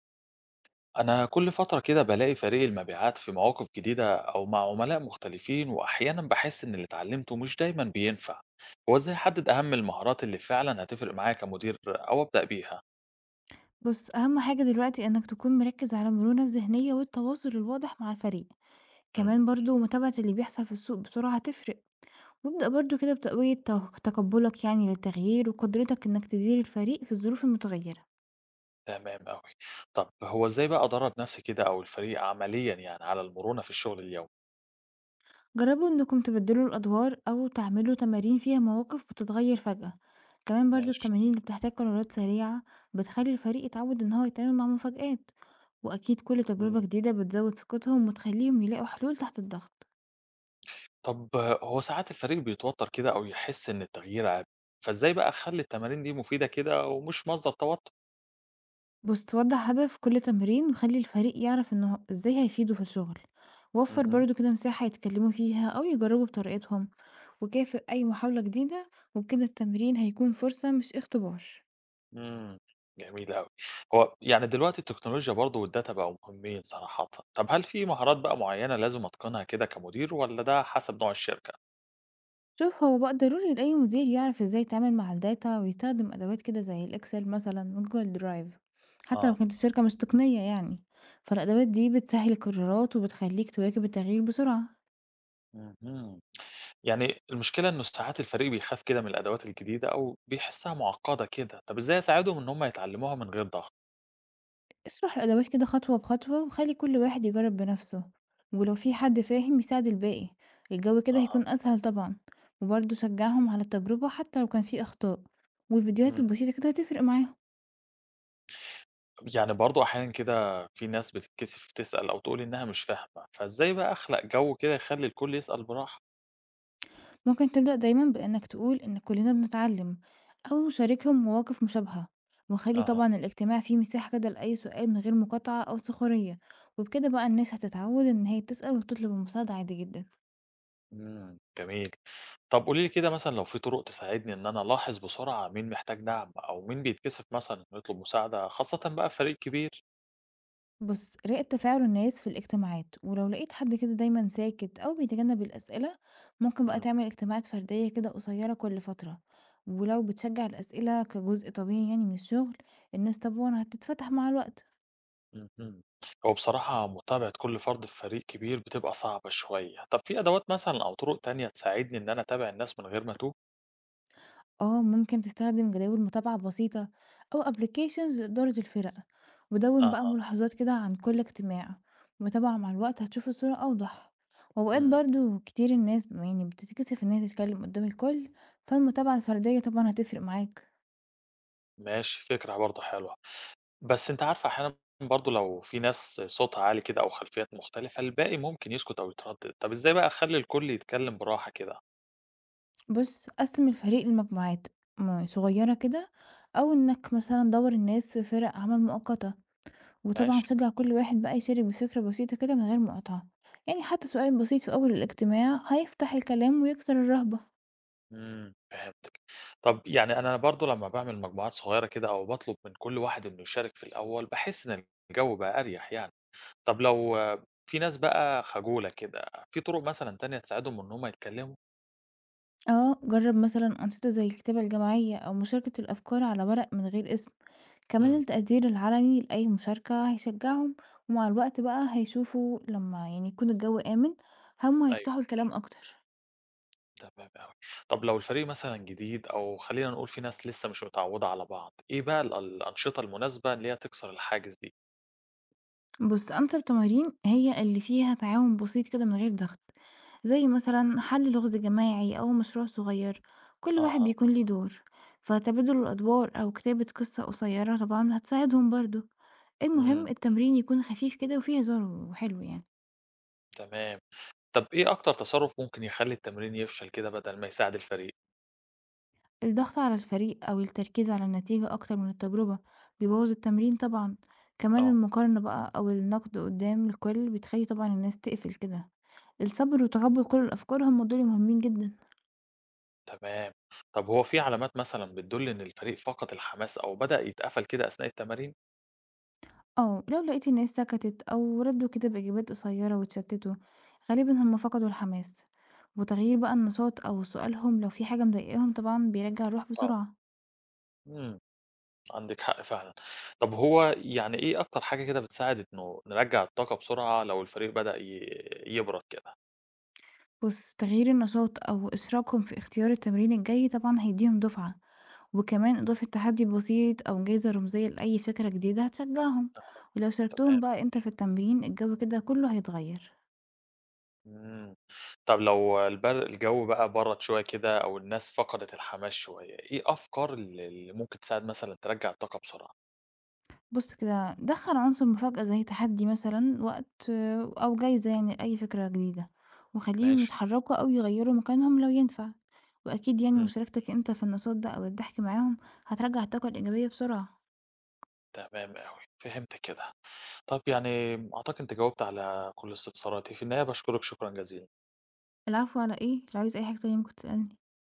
أنا كل فترة كده بلاقي فريق المبيعات في مواقف جديدة أو مع عملاء مختلفين وأحيانا بحس إن اللي اتعلمته مش دايما بينفع، هو إزاي أحدد أهم المهارات اللي فعلا هتفرق معايا كمدير أو أبدأ بيها؟ بُص، أهم حاجة دلوقتي إنك تكون مركّز على المرونة الذهنية والتواصل الواضح مع الفريق، امم كمان برضه متابعة اللي بيحصل في السوق بسرعة هتفرق، وابدأ برضه كده بتقوية تقبُّلك يعني للتغيير وقدرتك إنك تدير الفريق في الظروف المتغيرة، تمام أوي. طب هو إزاي بقى أدرب نفسي كده أو الفريق عمليا يعني على المرونة في الشغل اليومي؟ جرّبوا إنكم تبدّلوا الأدوار أو تعملوا تمارين فيها مواقف بتتغير فجأة، كمان برضه ماشي. التمارين اللي بتحتاج قرارات سريعة بتخلّي الفريق يتعوّد إن هو يتعامل مع مفاجآت، وأكيد كل تجربة امم جديدة بتزوّد ثقتهم وتخلّيهم يلاقوا حلول تحت الضغط. طب هو ساعات الفريق بيتوتر كده أو يحس إن التغيير عيب، فإزاي بقى أخلي التمارين دي مفيدة كده ومش مصدر توتر؟ بُص وضّح هدف كل تمرين، وخلّي الفريق يعرف إنه إزاي هيفيده في الشغل، وفّر مهم. برضه كده مساحة يتكلموا فيها أو يجربوا بطريقتهم، وكافئ أي محاولة جديدة وبكده التمرين هيكون فرصة مش اختبار. إمم، جميل أوي. هو يعني دلوقتي التكنولوجيا برضه والdata بقوا مهمين صراحةً. طب هل في مهارات بقى معيّنة لازم أتقنها كده كمدير والّا ده حسب نوع الشركة؟ شوف هو بقى ضروري لأي مدير يعرف إزاي يتعامل مع الداتا ويستخدم أدوات كده زي الإكسل مثلًا وجوجل درايف، حتى لو آه. كانت الشركة مش تقنية يعني، فالأدوات دي بتسهّل القرارات وبتخلّيك تواكب التغيير بسرعة. اهم. يعني المشكلة إنه ساعات الفريق بيخاف كده من الأدوات الجديدة أو بيحسّها معقّدة كده، طب إزاي أساعدهم إن هم يتعلموها من غير ضغط؟ اشرح الأدوات كده خطوة بخطوة وخلي كل واحد يجرب بنفسه، ولو في حد فاهم يساعد الباقي الجو كده أها. هيكون أسهل طبعا، وبرضه شجعهم على التجربة حتى لو كان في أخطاء، والفيديوهات إمم. البسيطة كده هتفرق معاهم. يعني برضه أحيانًا كده في ناس بتتكسف تسأل أو تقول إنها مش فاهمة، فإزاي بقى أخلق جو كده يخلّي الكل يسأل براحة؟ ممكن تبدأ دايما بأنك تقول إن كلنا بنتعلم أو شاركهم مواقف مشابهة، وخلي أها. طبعا الاجتماع فيه مساحة كده لأي سؤال من غير مقاطعة أو سخرية، وبكده بقى الناس هتتعود إن هي تسأل وتطلب المساعدة عادي جدا. إمم، جميل. طب قولي لي كده مثلًا لو في طرق تساعدني إن أنا ألاحظ بسرعة مين محتاج دعم أو مين بيتكسف مثلًا إنه يطلب مساعدة، خاصةً بقى في فريق كبير؟ بص راقب تفاعل الناس في الاجتماعات، ولو لقيت حد كده دايما ساكت أو بيتجنب الأسئلة ممكن بقى إمم. تعمل اجتماعات فردية كده قصيرة كل فترة، ولو بتشجع الأسئلة كجزء طبيعي يعني من الشغل الناس طبعا هتتفتح مع الوقت. اهم. هو بصراحة متابعة كل فرد في فريق كبير بتبقى صعبة شوية. طب في أدوات مثلًا أو طرق تانية تساعدني إن أنا أتابع الناس من غير ما أتوه؟ آه، ممكن تستخدم جداول متابعة بسيطة أو applications لإدارة الفرق، ودون بقى أها. ملاحظات كده عن كل اجتماع، متابعة مع الوقت هتشوف الصورة أوضح. وأوقات إمم. برضو كتير الناس يعني بتتكسف إن هي تتكلم قدام الكل، فالمتابعة الفردية طبعا هتفرق معاك. ماشي، فكرة برضه حلوة. بس أنتِ عارفة أحيانًا برضه لو في ناس صوتها عالي كده أو خلفيات مختلفة، الباقي ممكن يسكت أو يتردد. طب إزاي بقى أخلّي الكل يتكلم براحة كده؟ بص قسم الفريق لمجموعات صغيرة كده، أو إنك مثلا دور الناس في فرق عمل مؤقتة، وطبعًا ماشي. شجّع كل واحد بقى يشارك بفكرة بسيطة كده من غير مقاطعة، يعني حتى سؤال بسيط في أول الاجتماع هيفتح الكلام ويكسر الرهبة. إمم، فهمتِك. طَب يعني أنا برضه لمّا باعمل مجموعات صغيرة كده أو باطلب من كل واحد إنه يشارك في الأول، باحس إن الجو بقى أريح يعني. طَب لو آه، في ناس بقى خجولة كده، في طرق مثلًا تانية تساعدهم إن هم يتكلموا؟ آه جرب مثلًا أنشطة زي الكتابة الجماعية أو مشاركة الأفكار على ورق من غير اسم، كمان إمم. التقدير العلني لأي مشاركة هيشجعهم، ومع الوقت بقى هيشوفوا لما يعني يكون الجو آمن هم أيوه، هيفتحوا الكلام أكتر. تمام أوي. طَب لو الفريق مثلًا جديد أو خلّينا نقول في ناس لسه مش متعوّدة على بعض، إيه بقى الأنشطة المناسبة اللي هي تكسر الحاجز دي؟ بُص، أنسب تمارين هي اللي فيها تعاون بسيط كده من غير ضغط، زي مثلًا حل لغز جماعي أو مشروع صغير، كل واحد أها. بيكون ليه دور، فتبادل الأدوار أو كتابة قصة قصيرة طبعًا هتساعدهم برضه. المهم إمم، التمرين يكون خفيف كده وفيه هزار وحلو يعني. تمام. طَب إيه أكتر تصرُّف ممكن يخلّي التمرين يفشل كده بدل ما يساعد الفريق؟ الضغط على الفريق أو التركيز على النتيجة أكتر من التجربة بيبوظ التمرين طبعًا. كمان آه. المقارنة بقى أو النقد قدام الكل بتخلي طبعًا الناس تقفل كده. الصبر وتقبل كل الأفكار هما دول مهمين جدًا. تمام. طب هو في علامات مثلًا بتدُل إن الفريق فقد الحماس أو بدأ يتقفل كده أثناء التمارين؟ آه، لو لقيت الناس سكتت أو ردوا كده بإجابات قصيرة واتشتتوا غالبا هم فقدوا الحماس، وتغيير بقى النشاط أو سؤالهم لو في حاجة مضايقاهم طبعا بيرجع الروح آه. بسرعة. إمم. عندِك حق فعلًا. طب هو يعني إيه أكتر حاجة كده بتساعد إنه نرجّع الطاقة بسرعة لو الفريق بدأ يبرد كده؟ بص تغيير النشاط أو إشراكهم في اختيار التمرين الجاي طبعا هيديهم دفعة، وكمان إضافة تحدي بسيط أو جايزة رمزية لأي فكرة جديدة هتشجعهم، أها. ولو تمام. شاركتهم بقى أنت في التمرين الجو كده كله هيتغير. إمم. طب لو الجو بقى برد شوية كده أو الناس فقدت الحماس شوية، إيه أفكار اللي ممكن تساعد مثلًا ترجّع الطاقة بسرعة؟ بُص كده، دخّل عنصر مفاجأة زي تحدي مثلًا، وقت أو جايزة يعني لأي فكرة جديدة، وخلّيهم ماشي. يتحرّكوا أو يغيّروا مكانهم لو ينفع، وأكيد يعني إمم. مشاركتك أنت في النشاط ده أو الضحك معاهم هترجّع الطاقة الإيجابية بسرعة. تمام أوي، فهمت كده. طب يعني أعتقد أنت جاوبت على كل استفساراتي، في النهاية باشكرك شكرًا جزيلًا. العفو على إيه؟ لو عايز أي حاجة تانية ممكن تسألني.